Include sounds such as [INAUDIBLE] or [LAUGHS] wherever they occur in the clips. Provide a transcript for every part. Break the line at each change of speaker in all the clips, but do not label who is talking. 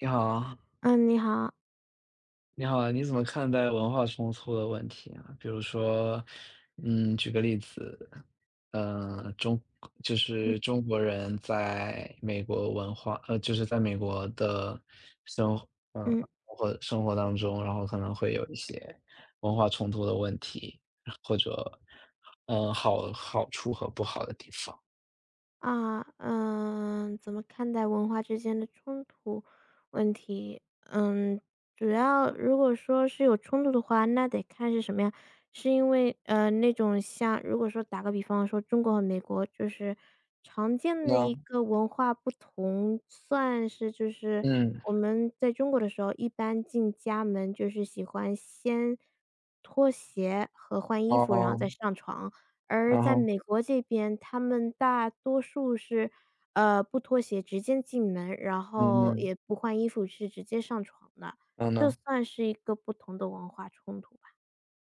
你好啊。
嗯，你好，
你好啊，你怎么看待文化冲突的问题啊？比如说，举个例子，呃，中就
嗯
是中国人在美国文化，就是在美国的生活，
嗯
或生活当中，然后可能会有一些文化冲突的问题，或者，好处和不好的地方。
怎么看待文化之间的冲突问题？嗯，主要如果说是有冲突的话，那得看是什么呀？是因为那种像如果说打个比方说中国和美国就是常见的
那，
一个文化不同，算是就是
嗯，
我们在中国的时候，一般进家门就是喜欢先脱鞋和换衣服，然后
哦，
再上床。而
然
在
后，
美国这边，他们大多数是，不脱鞋直接进门，然
嗯
后
嗯，
也不换衣服，是直接上床的，
然后
这
呢？
算是一个不同的文化冲突。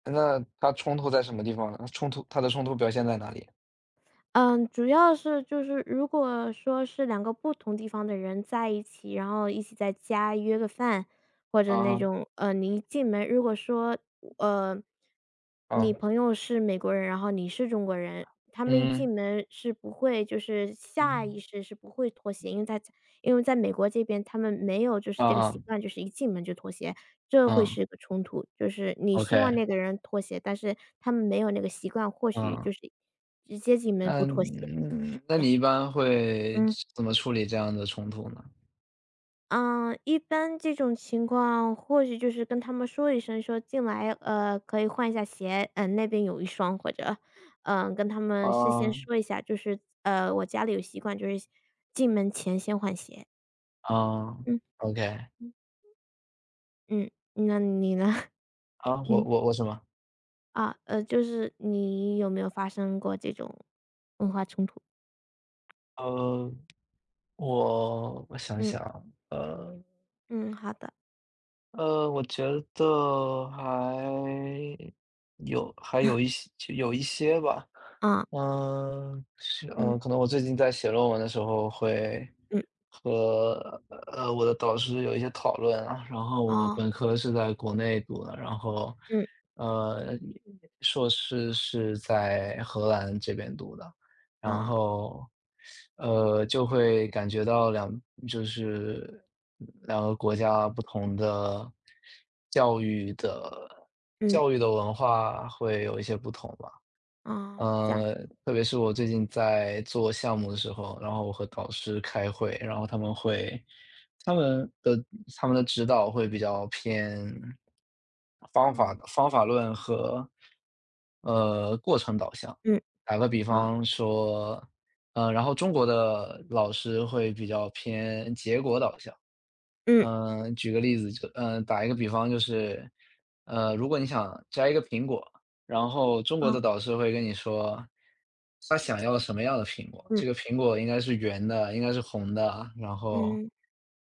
那它冲突在什么地方呢？它的冲突表现在哪里？
嗯，主要是就是如果说是两个不同地方的人在一起，然后一起在家约个饭，或者那
啊，
种，你一进门如果说，呃，你
啊，
朋友是美国人，然后你是中国人，他们一进
嗯，
门是不会就是下意
嗯，
识是不会脱鞋，因为在美国这边，他们没有就是
嗯，
这个习
啊，
惯，就是一进门就脱鞋，这会
嗯
是一个冲突。就是你希
，OK,
望那个人脱鞋，但是他们没有那个习惯，或许
嗯，
就是直接进门
那
不脱鞋。
那你一般会
嗯。
怎么处理这样的冲突呢？
一般这种情况或许就是跟他们说一声，说进来，可以换一下鞋，那边有一双，或者，跟他们事先
啊，
说一下，就是，我家里有习惯，就是进门前先换鞋。
啊
嗯，
，OK,
嗯，嗯，那你呢？
啊，
[LAUGHS]
我
嗯。
我我什么？
就是你有没有发生过这种文化冲突？
呃，我想
嗯
想，呃
嗯，好的，
我觉得还有一些有一些吧。
啊，
嗯，是，
嗯
可能我最近在写论文的时候会
嗯，
和我的导师有一些讨论啊。然后我
哦，
本科是在国内读的，然后
嗯
呃硕士是在荷兰这边读的。然
啊，
后，就会感觉到就是两个国家不同的教育的
嗯
教育的文化会有一些不同吧。
啊，这样，
呃，特别是我最近在做项目的时候，然后我和导师开会，然后他们的他们的指导会比较偏
嗯
方法论和过程导向。
嗯
打个比
啊，
方说，然后中国的老师会比较偏结果导向。
嗯
举个例子，就打一个比方，就是如果你想摘一个苹果，然后中国
啊，
的导师会跟你说，他想要什么样的苹果，
嗯
这个苹果应该是圆的，应该是红的，然后，
嗯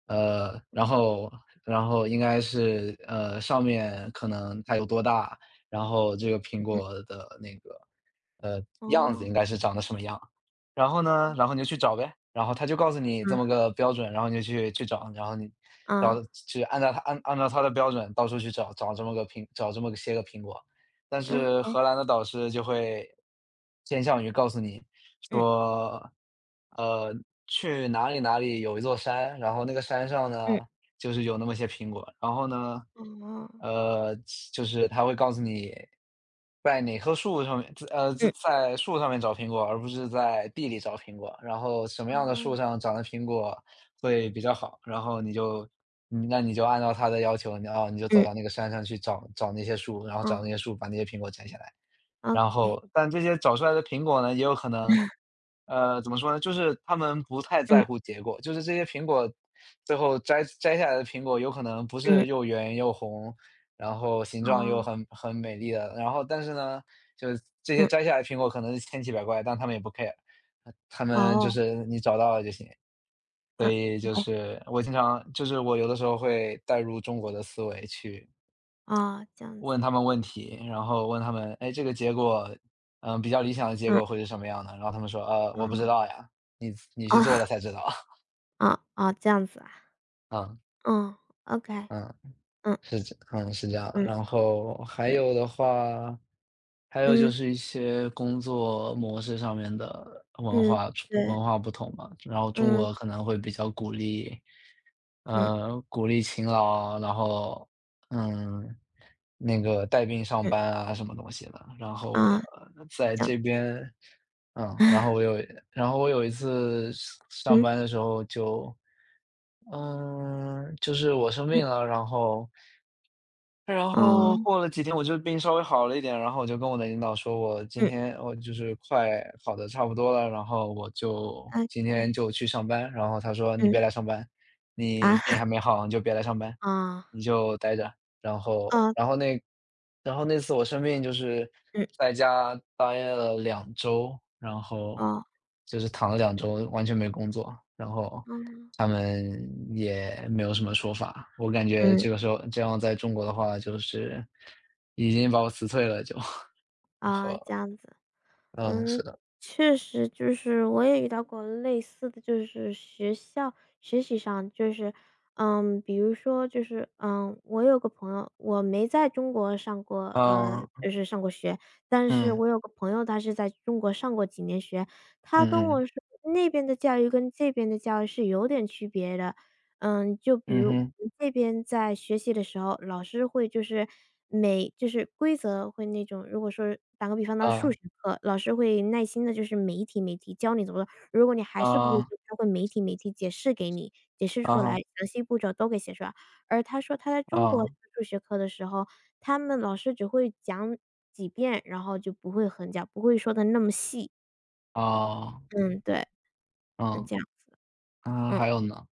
然后应该是上面可能它有多大，然后这个苹
嗯，
果的那个样子
哦，
应该是长得什么样，然后呢，然后你就去找呗，然后他就告诉你这么
啊
个标准，然后你就去找，然后你。找
啊
去按照他按照他的标准到处去找找这么个苹找这么些个苹果，但是
，OK,
荷兰的导师就会偏向于告诉你
嗯
说，呃，去哪里哪里有一座山，然后那个山上呢，
嗯，
就是有那么些苹果，然后呢，
哦，
呃，就是他会告诉你在哪棵树上面，
嗯
在树上面找苹果，而不是在地里找苹果，然后什么样的树
啊，
上长的苹果，会比较好。然后你就按照他的要求，你就走
嗯
到那个山上去找找那些树，然后找那
哦
些树把那些苹果摘下来。然
，OK,
后但这些找出来的苹果呢，也有可能，
[LAUGHS]
怎么说呢，就是他们不太在
嗯
乎结果，就是这些苹果最后摘下来的苹果有可能不是
嗯，
又圆又红，然后形状又
哦，
很美丽的，然后但是呢，就是这些
嗯
摘下来的苹果可能是千奇百怪，但他们也不 care,他们就
哦，
是你找到了就行。所
嗯
以就
，OK,
是我有的时候会带入中国的思维去
哦，这样
问
子，
他们问题，然后问他们："哎，这个结果，比较理想的结
嗯
果会是什么样的？"然后他们说："我不知
啊
道呀，你去做了
啊
才知道。
啊啊 [LAUGHS]，这样子啊，
[LAUGHS]” 嗯，
嗯，OK。
嗯。
嗯
嗯，是这样。
嗯，
然后还
对，
有的话，还有就
嗯
是一些工作模式上面的
嗯，对，
文化不同嘛。然后中
嗯
国可能会比较鼓励，
嗯
鼓励勤劳啊然后嗯，那个带病上
嗯，
班啊，什么东西的。然后我
啊，
在
这样，
这边，嗯，
[LAUGHS]
然后我有一次上
嗯
班的时候就。嗯，就是我生
嗯，
病了，然后
哦，
过了几天我就病稍微好了一点，然后我就跟我的领导说，我今
嗯
天我就是快好的差不多了，然后我就今天
，OK,
就去上班。然后他说："你别
嗯，
来上班，你
啊
病还
[LAUGHS]，
没好，你就别来上班，
啊
你就待着。"然后
啊
然后那然后那次我生病就是
嗯，
在家待了两周，然后
哦，
就是躺了两周，完全没工作，然后
嗯
他们也没有什么说法。我感觉
嗯，
这个时候这样在中国的话，就是已经把我辞退了就。[LAUGHS]
啊，
和
这样子。
嗯，
嗯，
是的，
确实就是我也遇到过类似的，就是学校学习上，就是比如说就是我有个朋友，我没在中国上过，
嗯，
就是上过学，但是
嗯，
我有个朋友，他是在中国上过几年学，他跟
嗯
我
嗯，
说那边的教育跟这边的教育是有点区别的，嗯，就比
嗯
如
哼，
我们这边在学习的时候，老师会就是每就是规则会那种如果说打个比方，当数
嗯，
学课，老师会耐心的，就是每一题每一题教你怎么做，如果你还是不会
啊，
做，他会每一题每一题解释给你，解释
啊
出来，
哈，
详细步骤都给写出来。而他说他在中国上
啊，
数学课的时候，他们老师只会讲几遍，然后就不会很讲，不会说的那么细。
啊，
嗯，对，嗯，
嗯，
这样，
嗯，
嗯。
还有呢，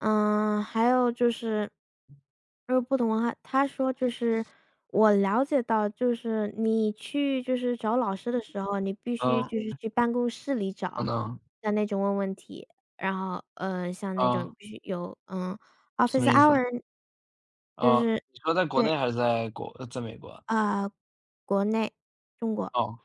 嗯，还有就是，就是不同话。他说就是我了解到，就是你去就是找老师的时候，你必须
嗯，
就是去办公室里找，
嗯，
像那种问问题，然后像那
嗯。
种必须有
什
office
么意思？
hour,就
啊？
是
你说在国
对
内还是在美国？
啊、国内。
哦，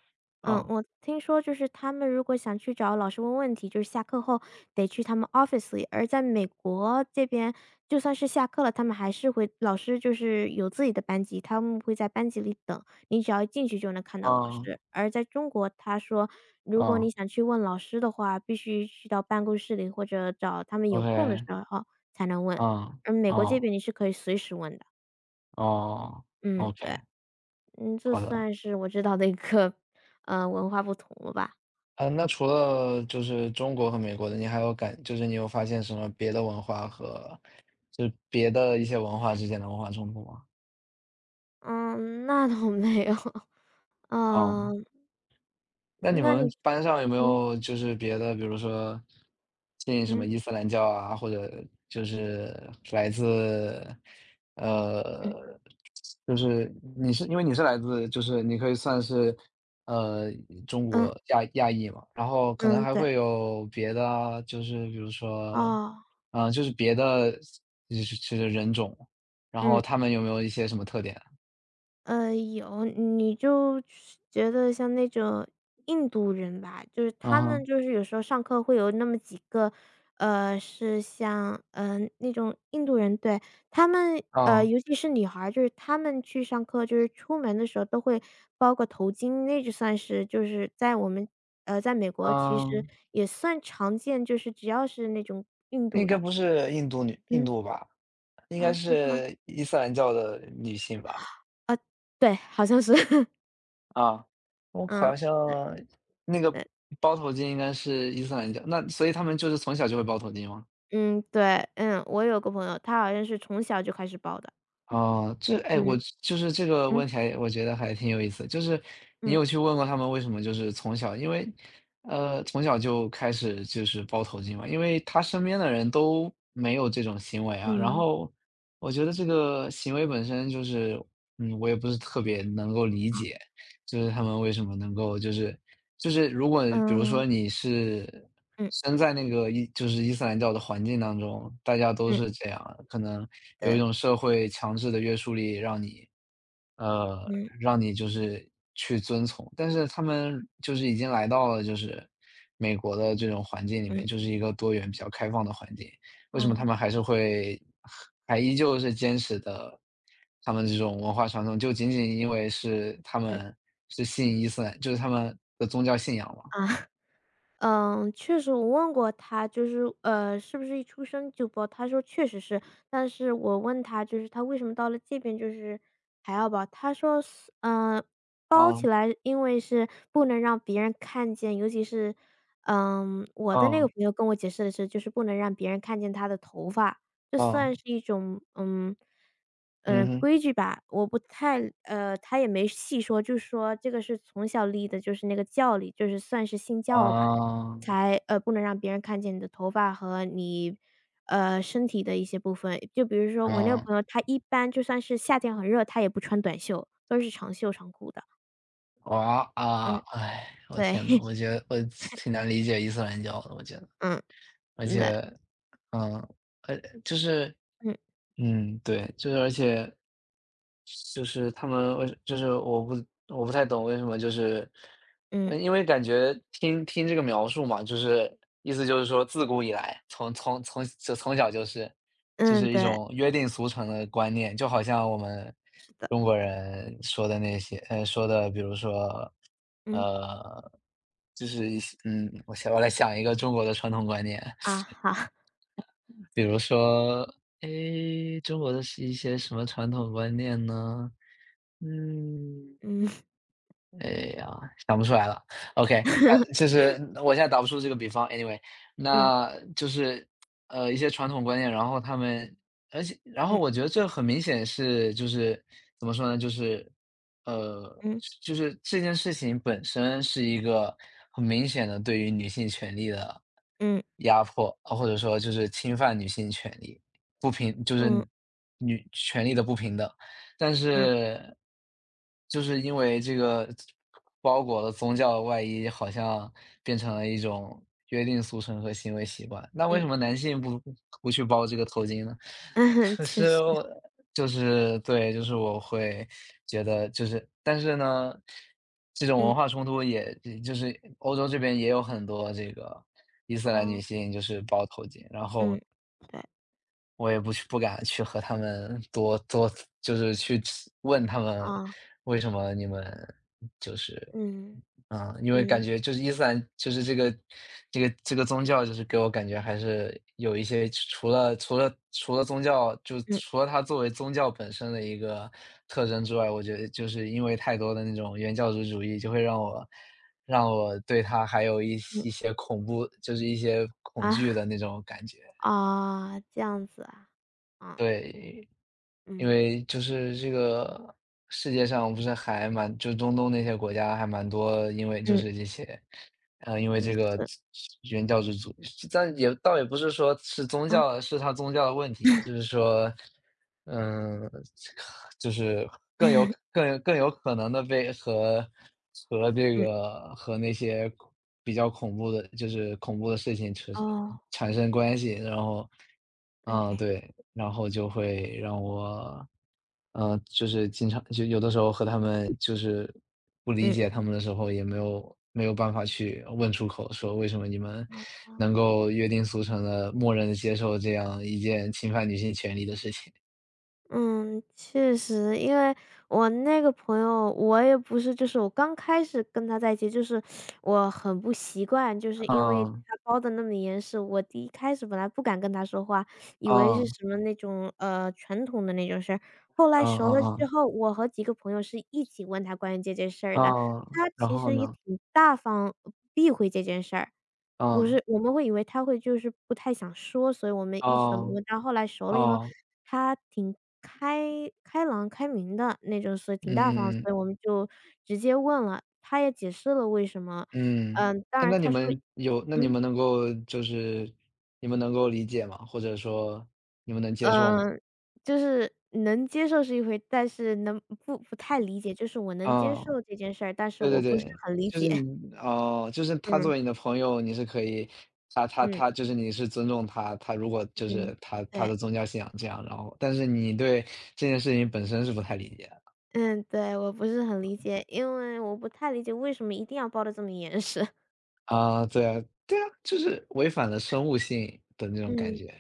嗯，
哦，
我听说就是他们如果想去找老师问问题，就是下课后得去他们 office 里，而在美国这边，就算是下课了，他们还是会老师就是有自己的班级，他们会在班级里等，你只要一进去就能看到老
哦，
师。而在中国，他说如果
哦
你想去问老师的话，必须去到办公室里或者找他们有空的
，OK,
时候才能问，
嗯，
而美国这
哦，
边你是可以随时问的。
哦
嗯，对，
，OK,
嗯，这
好的。
算是我知道的一个，文化不同了吧。
嗯，那除了就是中国和美国的，你还有感就是你有发现什么别的文化和就是别的一些文化之间的文化冲突吗？
嗯，那倒没有。
嗯。
嗯，
那你
那
们
你
班上有没
嗯，
有就是别的，比如说信什么
嗯，
伊斯兰教啊，或者就是来自
嗯，
呃，你是来自，就是你可以算是呃中
嗯，
国亚裔嘛，然后可能
嗯，
还
对，
会有别的啊，就是比如说，
哦，
就是别的就是人种，然后
嗯。
他们有没有一些什么特点啊？
有，你就是觉得像那种印度人吧，就是
嗯
他们
哼，
就是有时候上课会有那么几个，是像，那种印度人，对，他们，
嗯
尤其是女孩儿，就是他们去上课，就是出门的时候都会包个头巾，那就算是就是在我们，在美国其实
嗯，
也算常见，就是只要是那种印
应
度
该
的，
不是印度女印
嗯，
度吧？应该
不是吗？
是伊斯兰教的女性吧。
啊，对，好像是，[LAUGHS]
啊。我
嗯，
好
呃。
像那个包头巾应该是伊斯兰教，那所以他们就是从小就会包头巾吗？
嗯，对，我有个朋友，他好像是从小就开始报的。
哦，哎，我
嗯，
就是这个
嗯，
问题我觉得还挺有意思，就是你
嗯，
有去问过他们为什么就是从小因为，从小就开始就是包头巾嘛，因为他身边的人都没有这种行为啊，然
嗯，
后我觉得这个行为本身就是，我也不是特别能够理
啊，
解。就是他们为什么能够就是如果比如说
嗯，
你是
嗯，
生在那个就是伊斯兰教的环境当中，大家都
嗯，
是这样，可能有一
对，
种社会强制的约束力，呃，
嗯，
让你就是去遵从。但是他们就是已经来到了就是美国的这种环境里面，
嗯，
就是一个多元比较开放的环境。为什么他
哦，
们还依旧是坚持的他们这种文化传统，就仅仅因为是他
嗯，
们是信伊斯兰就是他们的宗教信仰嘛。
啊。嗯，确实我问过他，就是是不是一出生就包？他说确实是，但是我问他，就是他为什么到了这边就是还要包？他说是，包
嗯，
起来，因为是不能让别人看见，尤其是，我的那个
嗯，
朋友跟我解释的是，就是不能让别人看见他的头发，这
嗯，
算是一种，嗯。
嗯哼，
规矩吧，我不太他也没细说，就说这个是从小立的，就是那个教理，就是算是信教吧。
嗯，
才不能让别人看见你的头发和你，身体的一些部分。就比如说我那个
嗯，
朋友，他一般就算是夏天很热，他也不穿短袖，都是长袖长裤的。
哇，啊，
嗯，
哎，我
对，
天呐，
[LAUGHS]
我觉得我挺难理解伊斯兰教的，我觉得，
嗯，
而
嗯
且，
对，
嗯，呃，就是
嗯，
对，就是而且就是他们为就是我不太懂为什么就是，
嗯，
因为感觉听听这个描述嘛，就是意思就是说自古以来，从小就
嗯，
是一
对，
种约定俗成的观念，就好像我们
是的，
中国人说的那些，说的比如说，
嗯，
呃，就是一些我来想一个中国的传统观念，
啊，好，
比如说，诶，中国的是一些什么传统观念呢？嗯。
嗯
哎呀，想不出来了。OK,啊，就
[LAUGHS]，
是我现在打不出这个比方，anyway,
嗯，
那就是一些传统观念，然后他们，而且然后
嗯，
我觉得这很明显是就是怎么说呢，就是呃
嗯，
就是这件事情本身是一个很明显的对于女性权利的
嗯，
压迫，或者说就是侵犯女性权利，不平就是
嗯，
女权利的不平等。但
嗯，
是就是因为这个包裹了宗教的外衣，好像变成了一种约定俗成和行为习惯。那为
嗯，
什
嗯，
么男性不去包这个头巾呢？[LAUGHS]
[LAUGHS]
可
其
是
实，
我就是对，就是我会觉得就是，但是呢，这种文
嗯，
化冲突也就是欧洲这边也有很多这个伊斯兰女
哦，
性就是包头巾，然后
嗯，对，
我也不敢去和他们多多去问他们
啊，
为什么你们就是
嗯，
嗯，因为感
嗯，
觉就是伊斯兰就是这个宗教就是给我感觉还是有一些除了宗教，就
嗯，
除了它作为宗教本身的一个特征之外，我觉得就是因为太多的那种原教旨主义，就会让我对它还有
嗯，
一些恐怖，就是一些
啊，
恐惧
[LAUGHS]
的那种感觉，
啊，这样子啊，啊。
对。因
嗯
为就是这个世界上不是还蛮就中东那些国家还蛮多，因为就
嗯，
是这些，因为
嗯，
这个
是，
原教旨主义，但也倒也不是说是宗
嗯
教，是他宗教的
[LAUGHS]
问题，
嗯，
就是说，嗯，就是更有可能的被和这个和那些比较恐怖的，就是恐怖的事情，就是
哦
产生关系，然后嗯，
，OK。
对，然后就会让我，嗯，就是经常就有的时候和他们就是不理
嗯
解他们的时候，也没有办法去问出口，说为什么你们
哦，
能够约定俗成的默认地接受这样一件侵犯女性权利的事情。
嗯，确实，因为我那个朋友，我也不是就是我刚开始跟他在一起，就是我很不习惯，就是因为
嗯，
他包的那么严实，我第一开始本来不敢跟他说话，以为是
嗯，
什么那种，传统的那种事儿。后来
嗯
熟
嗯
了之
嗯，
后，我和几个朋友是一起问他关于这件事儿的，
嗯，
他
然
其
后
实也
呢？
挺大方，不避讳这件事儿。不
嗯，
是，我们会以为他会就是不太想说，所以我们一直都没
哦，
问。到后来熟了以后，
哦，
他挺开朗开明的那种，所以
嗯
挺大方，
嗯
所以
嗯。
我们就直接问了，他也解释了为什么。
嗯，
嗯，当
哎，
然他说
那你
嗯，
们能够你们能够理解吗？或者说你们能接受吗？
嗯，呃就是能接受是一回，但是能不太理解，就是我能接
啊，
受这件事儿，但是
对对
我不是
对，
很理
就是
解。
就是他作
嗯，
为你
[LAUGHS]
的朋友，你是可以，
嗯，
他就是你是尊重他，他如果就
嗯，
是他
对，
的宗教信仰这样，然后但是你对这件事情本身是不太理解的。
嗯，对，我不是很理解，因为我不太理解为什么一定要包的这么严实。
啊，对啊对啊，就是违反了生物性的那种感
嗯，
觉。